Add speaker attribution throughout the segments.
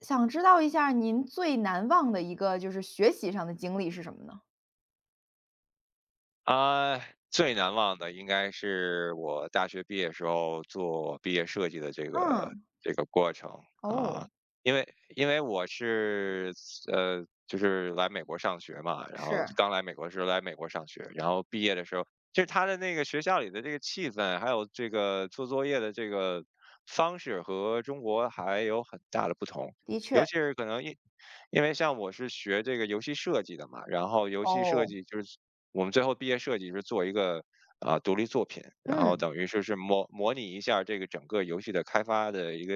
Speaker 1: 想知道一下您最难忘的一个就是学习上的经历是什么呢？
Speaker 2: 啊，最难忘的应该是我大学毕业时候做毕业设计的这个
Speaker 1: 嗯。
Speaker 2: 这个过程
Speaker 1: 哦。
Speaker 2: 啊。因为因为我是就是来美国上学嘛。然后
Speaker 1: 是。
Speaker 2: 刚来美国的时候来美国上学，然后毕业的时候，就是他的那个学校里的这个气氛，还有这个做作业的这个方式和中国还有很大的不同。
Speaker 1: 的
Speaker 2: 尤
Speaker 1: 确。
Speaker 2: 其是可能因为像我是学这个游戏设计的嘛，然后游戏设
Speaker 1: 哦。
Speaker 2: 计就是我们最后毕业设计是做一个独立作品，然后
Speaker 1: 嗯
Speaker 2: 等于说是模拟一下这个整个游戏的开发的一个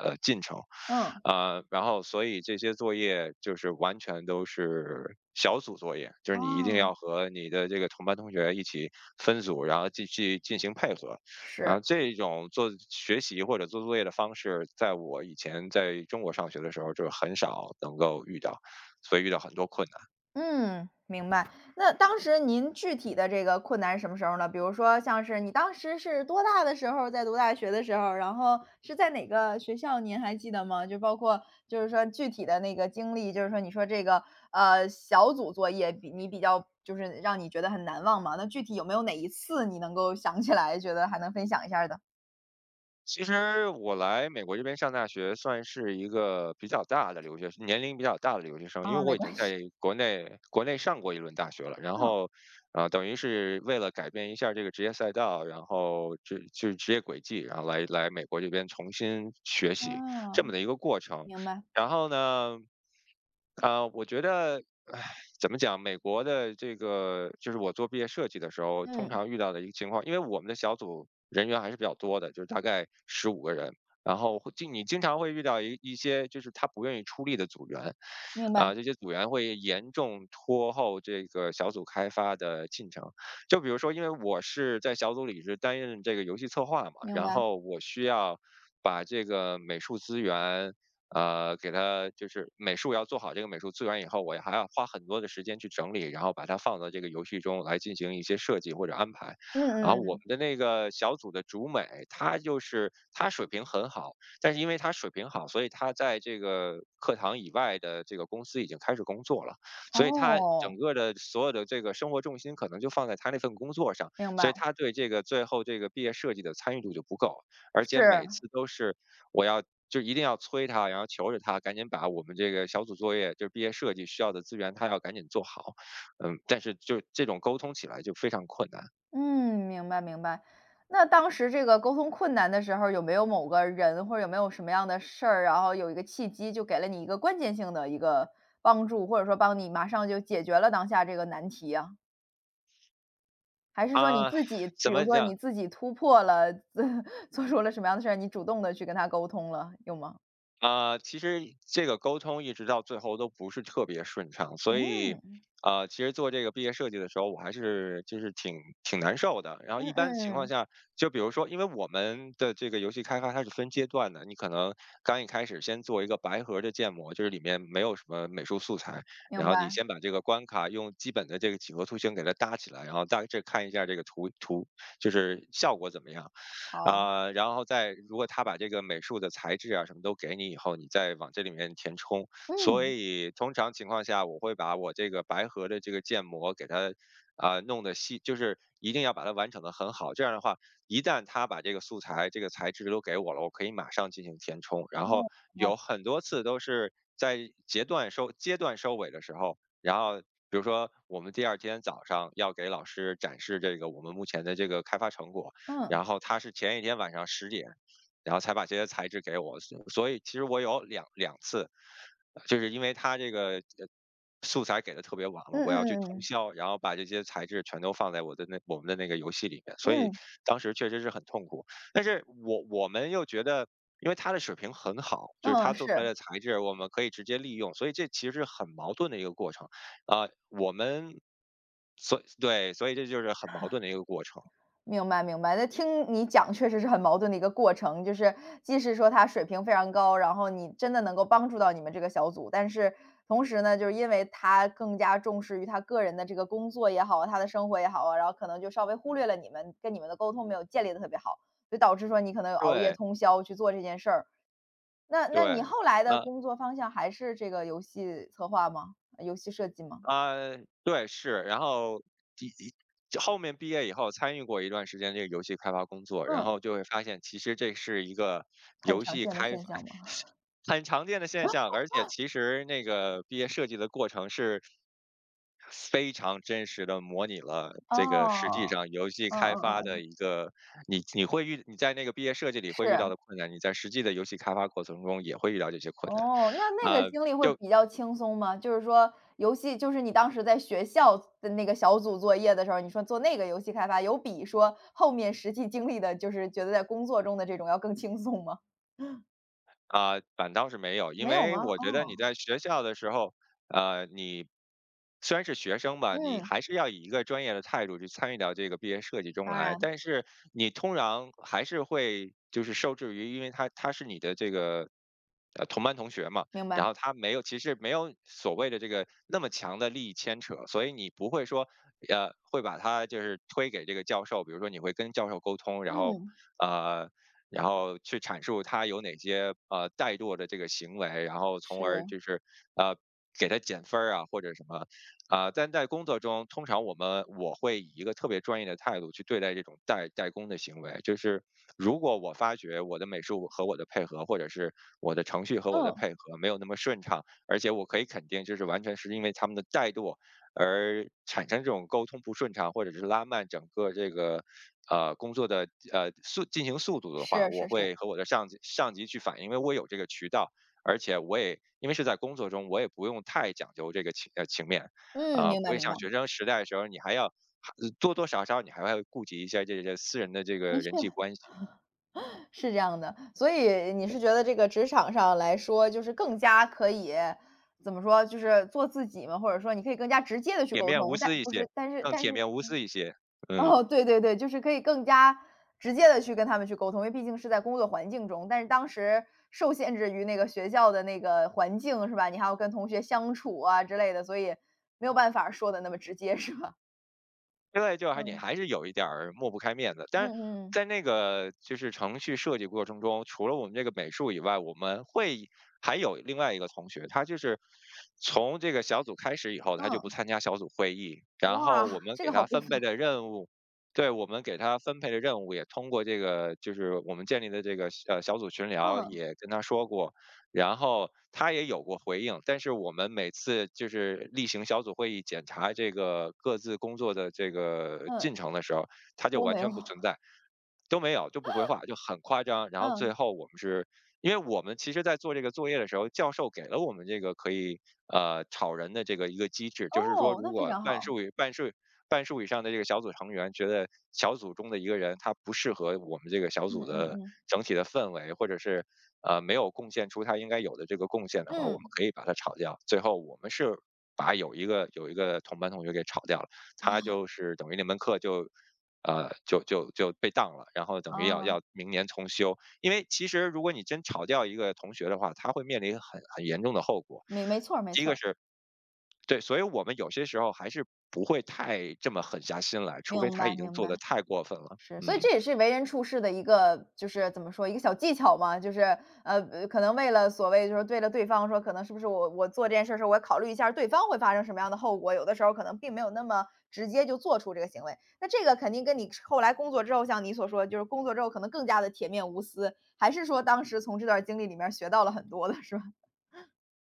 Speaker 2: 进程。
Speaker 1: 嗯。
Speaker 2: 然后所以这些作业就是完全都是小组作业，就是
Speaker 1: 啊。
Speaker 2: 你一定要和你的这个同班同学一起分组，然后继续进行配合。然
Speaker 1: 是。
Speaker 2: 后这种做学习或者做作业的方式，在我以前在中国上学的时候就很少能够遇到，所以遇到很多困难。
Speaker 1: 嗯，明白。那当时您具体的这个困难是什么时候呢？比如说像是你当时是多大的时候在读大学的时候，然后是在哪个学校，您还记得吗？就包括就是说具体的那个经历，就是说你说这个小组作业比你比较就是让你觉得很难忘嘛？那具体有没有哪一次你能够想起来，觉得还能分享一下儿的？
Speaker 2: 其实我来美国这边上大学，算是一个比较大的留学生，年龄比较大的留学生，因
Speaker 1: 啊，
Speaker 2: 为我
Speaker 1: 没
Speaker 2: 已经
Speaker 1: 关系。
Speaker 2: 在国内上过一轮大学了，然
Speaker 1: 嗯。
Speaker 2: 后，等于是为了改变一下这个职业赛道，然后就职业轨迹，然后来美国这边重新学习这么
Speaker 1: 啊，
Speaker 2: 的一个过程。
Speaker 1: 明白。
Speaker 2: 然后呢，我觉得，唉，怎么讲？美国的这个就是我做毕业设计的时候，通
Speaker 1: 嗯，
Speaker 2: 常遇到的一个情况，因为我们的小组人员还是比较多的，就是大概15个人。然后会经你经常会遇到一些就是他不愿意出力的组员。
Speaker 1: 明白
Speaker 2: 这些组员会严重拖后这个小组开发的进程。就比如说，因为我是在小组里是担任这个游戏策划嘛，
Speaker 1: 明
Speaker 2: 然
Speaker 1: 白。
Speaker 2: 后我需要把这个美术资源，给它就是美术要做好这个美术资源以后，我还要花很多的时间去整理，然后把它放到这个游戏中来进行一些设计或者安排。然
Speaker 1: 嗯
Speaker 2: 后我们
Speaker 1: 嗯。
Speaker 2: 的那个小组的主美，她就是她水平很好，但是因为她水平好，所以她在这个课堂以外的这个公司已经开始工作了，所以她整
Speaker 1: 哦，
Speaker 2: 个的所有的这个生活重心可能就放在她那份工作上，
Speaker 1: 明
Speaker 2: 所
Speaker 1: 白。
Speaker 2: 以她对这个最后这个毕业设计的参与度就不够，而且每
Speaker 1: 是。
Speaker 2: 次都是我要。就一定要催他，然后求着他赶紧把我们这个小组作业，就是毕业设计需要的资源，他要赶紧做好。但是就这种沟通起来就非常困难。
Speaker 1: 嗯，明白明白。那当时这个沟通困难的时候，有没有某个人或者有没有什么样的事儿，然后有一个契机，就给了你一个关键性的一个帮助，或者说帮你马上就解决了当下这个难题啊？还是说你
Speaker 2: 啊，
Speaker 1: 自己，比
Speaker 2: 怎
Speaker 1: 如
Speaker 2: 么
Speaker 1: 说
Speaker 2: 讲？
Speaker 1: 你自己突破了，做出了什么样的事儿，你主动的去跟他沟通了，有吗？
Speaker 2: 其实这个沟通一直到最后都不是特别顺畅，所以，
Speaker 1: 嗯。
Speaker 2: 其实做这个毕业设计的时候，我还是就是挺难受的。然后
Speaker 1: 嗯
Speaker 2: 一般情况
Speaker 1: 嗯。
Speaker 2: 下，就比如说，因为我们的这个游戏开发它是分阶段的，你可能刚一开始先做一个白盒的建模，就是里面没有什么美术素材，然
Speaker 1: 明
Speaker 2: 后你
Speaker 1: 白。
Speaker 2: 先把这个关卡用基本的这个几何图形给它搭起来，然后大致看一下这个图就是效果怎么样。
Speaker 1: 好。
Speaker 2: 然后再如果他把这个美术的材质啊什么都给你以后，你再往这里面填充。所
Speaker 1: 嗯。
Speaker 2: 以通常情况下，我会把我这个白盒的这个建模给它弄的细，就是一定要把它完成的很好。这样的话，一旦他把这个素材、这个材质都给我了，我可以马上进行填充。然后
Speaker 1: 哦。好。
Speaker 2: 有很多次都是在阶段收尾的时候，然后比如说我们第二天早上要给老师展示这个我们目前的这个开发成果，
Speaker 1: 嗯。
Speaker 2: 然后他是前一天晚上10点，然后才把这些材质给我，所以其实我有两次，就是因为他这个，素材给的特别晚了，
Speaker 1: 嗯
Speaker 2: 我
Speaker 1: 嗯
Speaker 2: 要去
Speaker 1: 嗯
Speaker 2: 通
Speaker 1: 嗯。
Speaker 2: 宵，然后把这些材质全都放在我们的那个游戏里面，所以
Speaker 1: 嗯。
Speaker 2: 当时确实是很痛苦。但是我们又觉得，因为他的水平很好，就是他
Speaker 1: 嗯。
Speaker 2: 做出来
Speaker 1: 是。
Speaker 2: 的材质我们可以直接利用，所以这其实是很矛盾的一个过程。我们所对，所以这就是很矛盾的一个过程。
Speaker 1: 明白明白，那听你讲确实是很矛盾的一个过程，就是既是说他水平非常高，然后你真的能够帮助到你们这个小组，但是同时呢，就是因为他更加重视于他个人的这个工作也好啊，他的生活也好啊，然后可能就稍微忽略了你们，跟你们的沟通没有建立的特别好，就导致说你可能有熬夜
Speaker 2: 对，
Speaker 1: 通宵去做这件事儿。那那你
Speaker 2: 对，
Speaker 1: 后来的
Speaker 2: 那。
Speaker 1: 工作方向还是这个游戏策划吗？游戏设计吗？
Speaker 2: 啊，对，是，然后第一后面毕业以后参与过一段时间这个游戏开发工作，然
Speaker 1: 嗯。
Speaker 2: 后就会发现其实这是一个
Speaker 1: 很
Speaker 2: 游
Speaker 1: 常
Speaker 2: 戏
Speaker 1: 见的
Speaker 2: 开
Speaker 1: 现
Speaker 2: 发
Speaker 1: 象吗？
Speaker 2: 很常见的现象。而且其实那个毕业设计的过程是非常真实的模拟了这个实际
Speaker 1: 哦。
Speaker 2: 上游戏
Speaker 1: 嗯
Speaker 2: 开
Speaker 1: 嗯嗯
Speaker 2: 发的
Speaker 1: 嗯。
Speaker 2: 一个你你会遇你在那个毕业设计里会遇到
Speaker 1: 是。
Speaker 2: 的困难，你在实际的游戏开发过程中也会遇到这些困难。
Speaker 1: 哦，那那个
Speaker 2: 啊，
Speaker 1: 经历会比较轻松吗？就是说游戏就是你当时在学校的那个小组作业的时候，你说做那个游戏开发，有比说后面实际经历的，就是觉得在工作中的这种要更轻松吗？
Speaker 2: 反倒是没有，因
Speaker 1: 没有
Speaker 2: 为
Speaker 1: 吗？
Speaker 2: 我觉得你
Speaker 1: 哦。
Speaker 2: 在学校的时候，你虽然是学生吧，你
Speaker 1: 嗯。
Speaker 2: 还是要以一个专业的态度去参与到这个毕业设计中
Speaker 1: 当
Speaker 2: 来，
Speaker 1: 然。
Speaker 2: 但是你通常还是会就是受制于，因为他是你的这个。同班同学嘛，
Speaker 1: 明
Speaker 2: 然
Speaker 1: 白。
Speaker 2: 后他没有，其实没有所谓的这个那么强的利益牵扯，所以你不会说，会把他就是推给这个教授，比如说你会跟教授沟通，然后，
Speaker 1: 嗯。
Speaker 2: 呃，去阐述他有哪些怠惰的这个行为，然后从而
Speaker 1: 是。
Speaker 2: 就是呃给他减分儿啊或者什么。但在工作中，通常我们我会以一个特别专业的态度去对待这种代工的行为，就是如果我发觉我的美术和我的配合，或者是我的程序和我的
Speaker 1: 嗯。
Speaker 2: 配合没有那么顺畅，而且我可以肯定，就是完全是因为他们的怠惰而产生这种沟通不顺畅，或者是拉慢整个这个工作的进行速度的话，
Speaker 1: 是
Speaker 2: 我
Speaker 1: 是是。
Speaker 2: 会和我的上级去反映，因为我有这个渠道，而且我也因为是在工作中，我也不用太讲究这个情面。
Speaker 1: 嗯。
Speaker 2: 不
Speaker 1: 明白
Speaker 2: 会
Speaker 1: 明
Speaker 2: 像
Speaker 1: 白。
Speaker 2: 学生时代的时候，你还要还多多少少你还会顾及一下这些私人的这
Speaker 1: 的
Speaker 2: 个人际
Speaker 1: 确。
Speaker 2: 关系。
Speaker 1: 是这样的，所以你是觉得这个职场上来说，就是更加可以怎么说，就是做自己嘛，或者说你可以更加直接的去
Speaker 2: 铁
Speaker 1: 沟
Speaker 2: 面无
Speaker 1: 通，但
Speaker 2: 私一
Speaker 1: 不
Speaker 2: 些，
Speaker 1: 是但是
Speaker 2: 更
Speaker 1: 但
Speaker 2: 铁
Speaker 1: 是
Speaker 2: 面无 私一些。嗯。
Speaker 1: 哦，对对对，就是可以更加直接的去跟他们去沟通，因为毕竟是在工作环境中，但是当时受限制于那个学校的那个环境是吧？你还要跟同学相处啊之类的，所以没有办法说的那么直接是吧？
Speaker 2: 现在你
Speaker 1: 嗯。
Speaker 2: 还是有一点儿抹不开面子。但是
Speaker 1: 嗯嗯。
Speaker 2: 在那个就是程序设计过程中，除了我们这个美术以外，我们会还有另外一个同学，他就是从这个小组开始以后，他就不
Speaker 1: 嗯。
Speaker 2: 参加小组会议。然后
Speaker 1: 哇，
Speaker 2: 我们
Speaker 1: 这
Speaker 2: 给
Speaker 1: 个好
Speaker 2: 他
Speaker 1: 过
Speaker 2: 分配
Speaker 1: 分。
Speaker 2: 的任务，对，我们给他分配的任务也通过这个就是我们建立的这个小组群聊
Speaker 1: 嗯。
Speaker 2: 也跟他说过，然后他也有过回应。但是我们每次就是例行小组会议检查这个各自工作的这个
Speaker 1: 嗯。
Speaker 2: 进程的时候，他就
Speaker 1: 我
Speaker 2: 完
Speaker 1: 没有。
Speaker 2: 全不存在，都没有，就不回话，就很夸张。然后最
Speaker 1: 嗯。
Speaker 2: 后我们是，因为我们其实在做这个作业的时候，教授给了我们这个可以炒人的这个一个机制，就是说
Speaker 1: 哦，
Speaker 2: 如
Speaker 1: 那非
Speaker 2: 果
Speaker 1: 常好。
Speaker 2: 半数以上的这个小组成员觉得小组中的一个人他不适合我们这个小
Speaker 1: 嗯
Speaker 2: 组的
Speaker 1: 嗯嗯。
Speaker 2: 整体的氛围，或者是没有贡献出他应该有的这个贡献的话，我们
Speaker 1: 嗯。
Speaker 2: 可以把他炒掉。最后我们是把有一个同班同学给炒掉了，他就是等于那门课就就被当了，然后等于要
Speaker 1: 啊，
Speaker 2: 要明年重修。因为其实如果你真炒掉一个同学的话，他会面临很严重的后果。
Speaker 1: 没没错儿没
Speaker 2: 第一
Speaker 1: 错
Speaker 2: 个
Speaker 1: 儿。
Speaker 2: 是对，所以我们有些时候还是不会太这么狠下心来，除非
Speaker 1: 明
Speaker 2: 他
Speaker 1: 白
Speaker 2: 已经
Speaker 1: 明
Speaker 2: 做
Speaker 1: 白。
Speaker 2: 的太过分了。
Speaker 1: 是。所以
Speaker 2: 嗯。
Speaker 1: 这也是为人处事的一个就是怎么说，一个小技巧嘛，就是，可能为了所谓就是对了对方说可能是不是我做这件事儿的时候，我要考虑一下儿对方会发生什么样的后果，有的时候可能并没有那么直接就做出这个行为。那这个肯定跟你后来工作之后，像你所说，就是工作之后可能更加的铁面无私，还是说当时从这段经历里面儿学到了很多的是吧？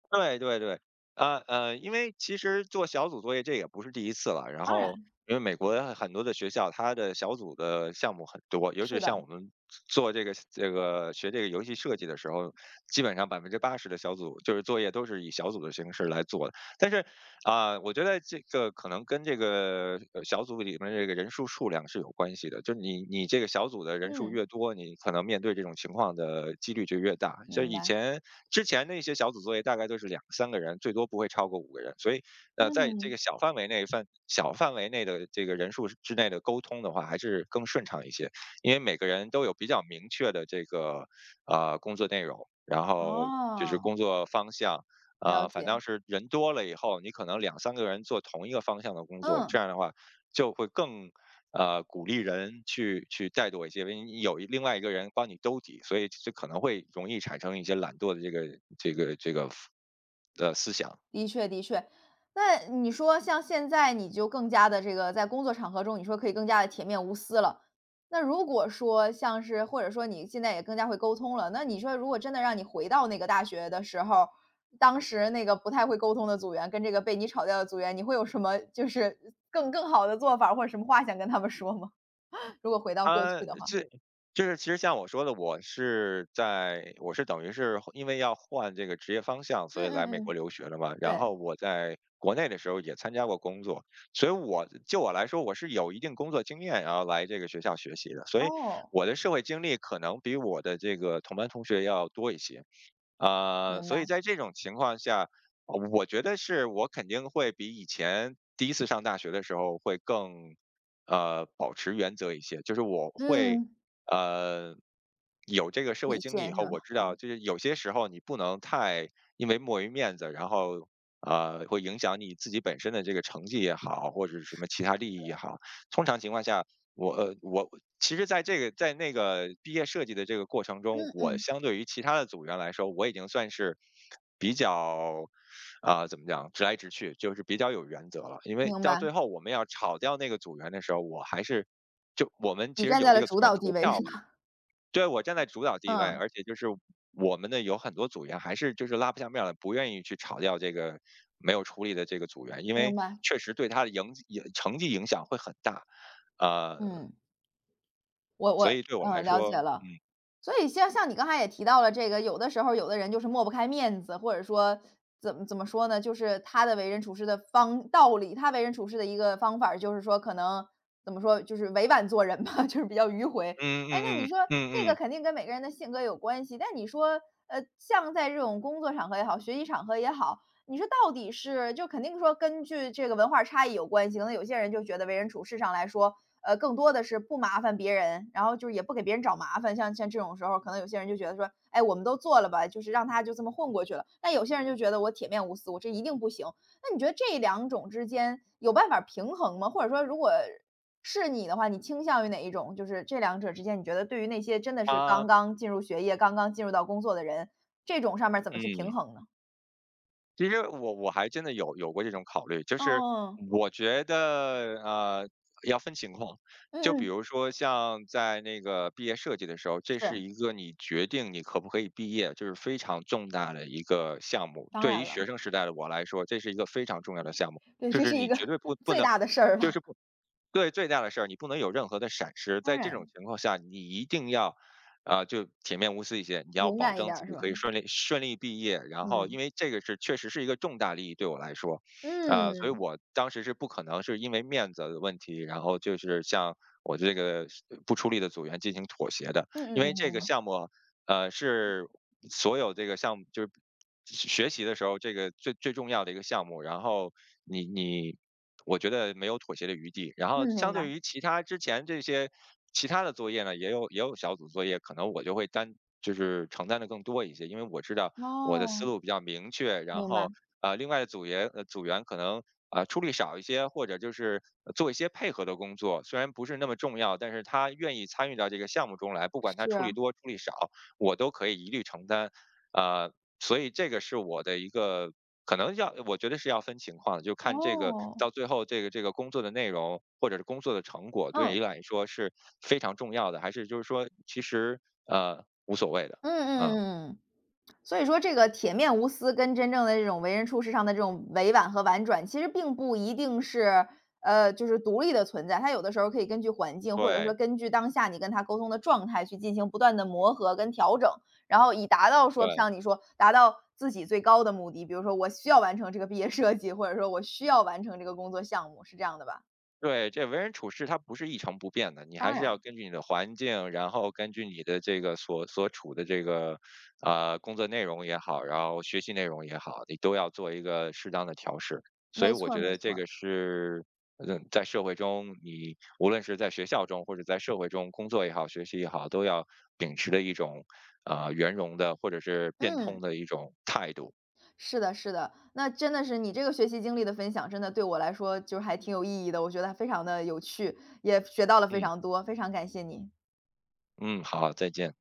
Speaker 2: 对对对，因为其实做小组作业这也不是第一次了。然
Speaker 1: 当
Speaker 2: 后，
Speaker 1: 然。
Speaker 2: 因为美国很多的学校，它的小组的项目很多，尤其是
Speaker 1: 是
Speaker 2: 像
Speaker 1: 的。
Speaker 2: 我们做这个这个学这个游戏设计的时候，基本上80%的小组就是作业都是以小组的形式来做的。但是啊，我觉得这个可能跟这个小组里面这个人数数量是有关系的，就是你这个小组的人数
Speaker 1: 嗯，
Speaker 2: 越多，你可能面对这种情况的几率就越大。就
Speaker 1: 明
Speaker 2: 以
Speaker 1: 白。
Speaker 2: 前之前那些小组作业大概都是两三个人，最多不会超过五个人，所以在这个
Speaker 1: 嗯。
Speaker 2: 小范围内的这个人数之内的沟通的话，还是更顺畅一些，因为每个人都有比较明确的这个工作内容，然后就是
Speaker 1: 哦。
Speaker 2: 工作方向。
Speaker 1: 了
Speaker 2: 呃，反
Speaker 1: 解。
Speaker 2: 倒是人多了以后，你可能两三个人做同一个方向的工作，这
Speaker 1: 嗯。
Speaker 2: 样的话就会更鼓励人去怠惰一些，因为你有另外一个人帮你兜底，所以这可能会容易产生一些懒惰的这个思想。
Speaker 1: 的确的确。那你说像现在你就更加的这个在工作场合中，你说可以更加的铁面无私了。那如果说像是或者说你现在也更加会沟通了，那你说如果真的让你回到那个大学的时候，当时那个不太会沟通的组员跟这个被你炒掉的组员，你会有什么就是更更好的做法或者什么话想跟他们说吗？如果回到过
Speaker 2: 啊，
Speaker 1: 去的话。
Speaker 2: 这就是其实像我说的，我等于是因为要换这个职业方向，所
Speaker 1: 嗯
Speaker 2: 以来
Speaker 1: 嗯
Speaker 2: 美国
Speaker 1: 嗯。
Speaker 2: 留学了嘛。然
Speaker 1: 对。
Speaker 2: 后我在国内的时候也参加过工作，所以就我来说，我是有一定工作经验，然后来这个学校学习的，所以
Speaker 1: 哦，
Speaker 2: 我的社会经历可能比我的这个同班同学要多一些。呃，
Speaker 1: 明
Speaker 2: 所以
Speaker 1: 白。
Speaker 2: 在这种情况下，我觉得是我肯定会比以前第一次上大学的时候会更，呃，保持原则一些。就是我会，
Speaker 1: 嗯。
Speaker 2: 呃，有这个社会
Speaker 1: 底
Speaker 2: 经历以
Speaker 1: 线是
Speaker 2: 后，
Speaker 1: 吧？
Speaker 2: 我知道
Speaker 1: 嗯。
Speaker 2: 就是有些时候你不能太因为墨于面子，然后会影响你自己本身的这个成绩也好，或者是什么其他利益也好。通常情况下，我其实在那个毕业设计的这个过程中，
Speaker 1: 嗯
Speaker 2: 我
Speaker 1: 嗯。
Speaker 2: 相对于其他的组员来说，我已经算是比较怎么讲，直来直去，就是比较有原则了。因为
Speaker 1: 明
Speaker 2: 到
Speaker 1: 白。
Speaker 2: 最后我们要炒掉那个组员的时候，我还是就我们
Speaker 1: 你
Speaker 2: 其实
Speaker 1: 站
Speaker 2: 有
Speaker 1: 在
Speaker 2: 这
Speaker 1: 了
Speaker 2: 个组
Speaker 1: 主
Speaker 2: 员
Speaker 1: 导
Speaker 2: 投
Speaker 1: 地位
Speaker 2: 票
Speaker 1: 是
Speaker 2: 嘛，
Speaker 1: 吧？
Speaker 2: 对我站在主导 地位，
Speaker 1: 嗯。
Speaker 2: 而且就是我们的有很多组员还是就是拉不下面来，不愿意去炒掉这个没有处理的这个组员，因
Speaker 1: 明
Speaker 2: 为
Speaker 1: 白。
Speaker 2: 确实对他的成绩影响会很大。呃，
Speaker 1: 嗯。我
Speaker 2: 所
Speaker 1: 我
Speaker 2: 以对我来
Speaker 1: 嗯，了
Speaker 2: 说。
Speaker 1: 解了。所以像像你刚才也提到了这个，有的时候有的人就是抹不开面子，或者说怎么怎么说呢，就是他的为人处事的方道理，他为人处事的一个方法儿就是说可能怎么说，就是委婉做人吧，就是比较迂回。
Speaker 2: 嗯
Speaker 1: 哎，那
Speaker 2: 嗯
Speaker 1: 你
Speaker 2: 嗯
Speaker 1: 说这
Speaker 2: 嗯
Speaker 1: 个
Speaker 2: 嗯，
Speaker 1: 肯定跟每个人的性格有关系，但你说，像在这种工作场合也好，学习场合也好，你说到底是就肯定说根据这个文化差异有关系，可能有些人就觉得为人处事上来说，更多的是不麻烦别人，然后就是也不给别人找麻烦。像像这种时候，可能有些人就觉得说，哎，我们都做了吧，就是让他就这么混过去了。那有些人就觉得我铁面无私，我这一定不行。那你觉得这两种之间有办法平衡吗？或者说，如果是你的话，你倾向于哪一种？就是这两者之间，你觉得对于那些真的是刚
Speaker 2: 啊，
Speaker 1: 刚进入学业、刚刚进入到工作的人，这种上面怎么去平
Speaker 2: 嗯，
Speaker 1: 衡呢？
Speaker 2: 其实我还真的有过这种考虑，就是
Speaker 1: 嗯嗯。
Speaker 2: 我觉得，呃，要分情况。就
Speaker 1: 嗯
Speaker 2: 比
Speaker 1: 嗯。
Speaker 2: 如说像在那个毕业设计的时候，这
Speaker 1: 是。
Speaker 2: 是一个你决定你可不可以毕业，就是非常重大的一个项目。
Speaker 1: 当
Speaker 2: 对
Speaker 1: 然
Speaker 2: 于学
Speaker 1: 了。
Speaker 2: 生时代的我来说，这是一个非常重要的项目，
Speaker 1: 对，
Speaker 2: 就
Speaker 1: 这
Speaker 2: 是
Speaker 1: 是一
Speaker 2: 你
Speaker 1: 个
Speaker 2: 绝对不 不
Speaker 1: 最
Speaker 2: 能
Speaker 1: 大的事儿了。
Speaker 2: 就是不对，最大的事儿，你不能有任何的闪失。
Speaker 1: 当
Speaker 2: 在这种
Speaker 1: 然。
Speaker 2: 情况下，你一定要，就铁面无私一些。你要
Speaker 1: 勇
Speaker 2: 保
Speaker 1: 敢一
Speaker 2: 证
Speaker 1: 点
Speaker 2: 自
Speaker 1: 儿
Speaker 2: 己
Speaker 1: 是吧？
Speaker 2: 可以顺利毕业，然后因
Speaker 1: 嗯。
Speaker 2: 为这个是确实是一个重大利益对我来说，呃，所以
Speaker 1: 嗯。
Speaker 2: 我当时是不可能是因为面子的问题，然后就是向我这个不出力的组员进行妥协的，
Speaker 1: 嗯
Speaker 2: 因
Speaker 1: 嗯
Speaker 2: 为这
Speaker 1: 嗯
Speaker 2: 个
Speaker 1: 嗯。
Speaker 2: 项目，呃，是所有这个项目就是学习的时候，这个最最重要的一个项目，然后你你，我觉得没有妥协的余地。然后
Speaker 1: 嗯。明
Speaker 2: 相
Speaker 1: 白。
Speaker 2: 对于其他之前这些其他的作业呢，也有小组作业，可能我就会就是承担的更多一些，因为我知道我的思
Speaker 1: 哦，
Speaker 2: 路比较明确，然
Speaker 1: 明白。
Speaker 2: 后呃，另外的组员可能。出力少一些，或者就是做一些配合的工作，虽然不是那么重要，但是他愿意参与到这个项目中来，不管他出力
Speaker 1: 是。
Speaker 2: 多出力少，我都可以一律承担。呃，所以这个是我的一个可能要我觉得是要分情况的，就看这个
Speaker 1: 哦。
Speaker 2: 到最后这个工作的内容或者是工作的成果，对
Speaker 1: 嗯。
Speaker 2: 你来说是非常重要的，还是就是说其实，呃，无所谓的，
Speaker 1: 嗯嗯
Speaker 2: 嗯，
Speaker 1: 嗯嗯所以说这个铁面无私跟真正的这种为人处事上的这种委婉和婉转，其实并不一定是，就是独立的存在。它有的时候可以根据环境，或者说
Speaker 2: 对，
Speaker 1: 根据当下你跟他沟通的状态去进行不断的磨合跟调整，然后以达到说
Speaker 2: 对。
Speaker 1: 像你说达到自己最高的目的，比如说我需要完成这个毕业设计，或者说我需要完成这个工作项目，是这样的吧？
Speaker 2: 对，这为人处事它不是一成不变的，你还
Speaker 1: 当
Speaker 2: 是
Speaker 1: 然。
Speaker 2: 要根据你的环境，然后根据你的这个所处的这个工作内容也好，然后学习内容也好，你都要做一个适当的调试。所以
Speaker 1: 没
Speaker 2: 我
Speaker 1: 错儿
Speaker 2: 觉
Speaker 1: 没
Speaker 2: 得这
Speaker 1: 错儿。
Speaker 2: 个是，嗯，在社会中你无论是在学校中或者在社会中工作也好，学习也好，都要秉持的一种圆融的或者是变通
Speaker 1: 嗯。
Speaker 2: 的一种态度。
Speaker 1: 是的，是的，那真的是你这个学习经历的分享，真的对我来说就是还挺有意义的，我觉得非常的有趣，也学到了非
Speaker 2: 嗯
Speaker 1: 常多，非常感谢你。
Speaker 2: 嗯，好，再见。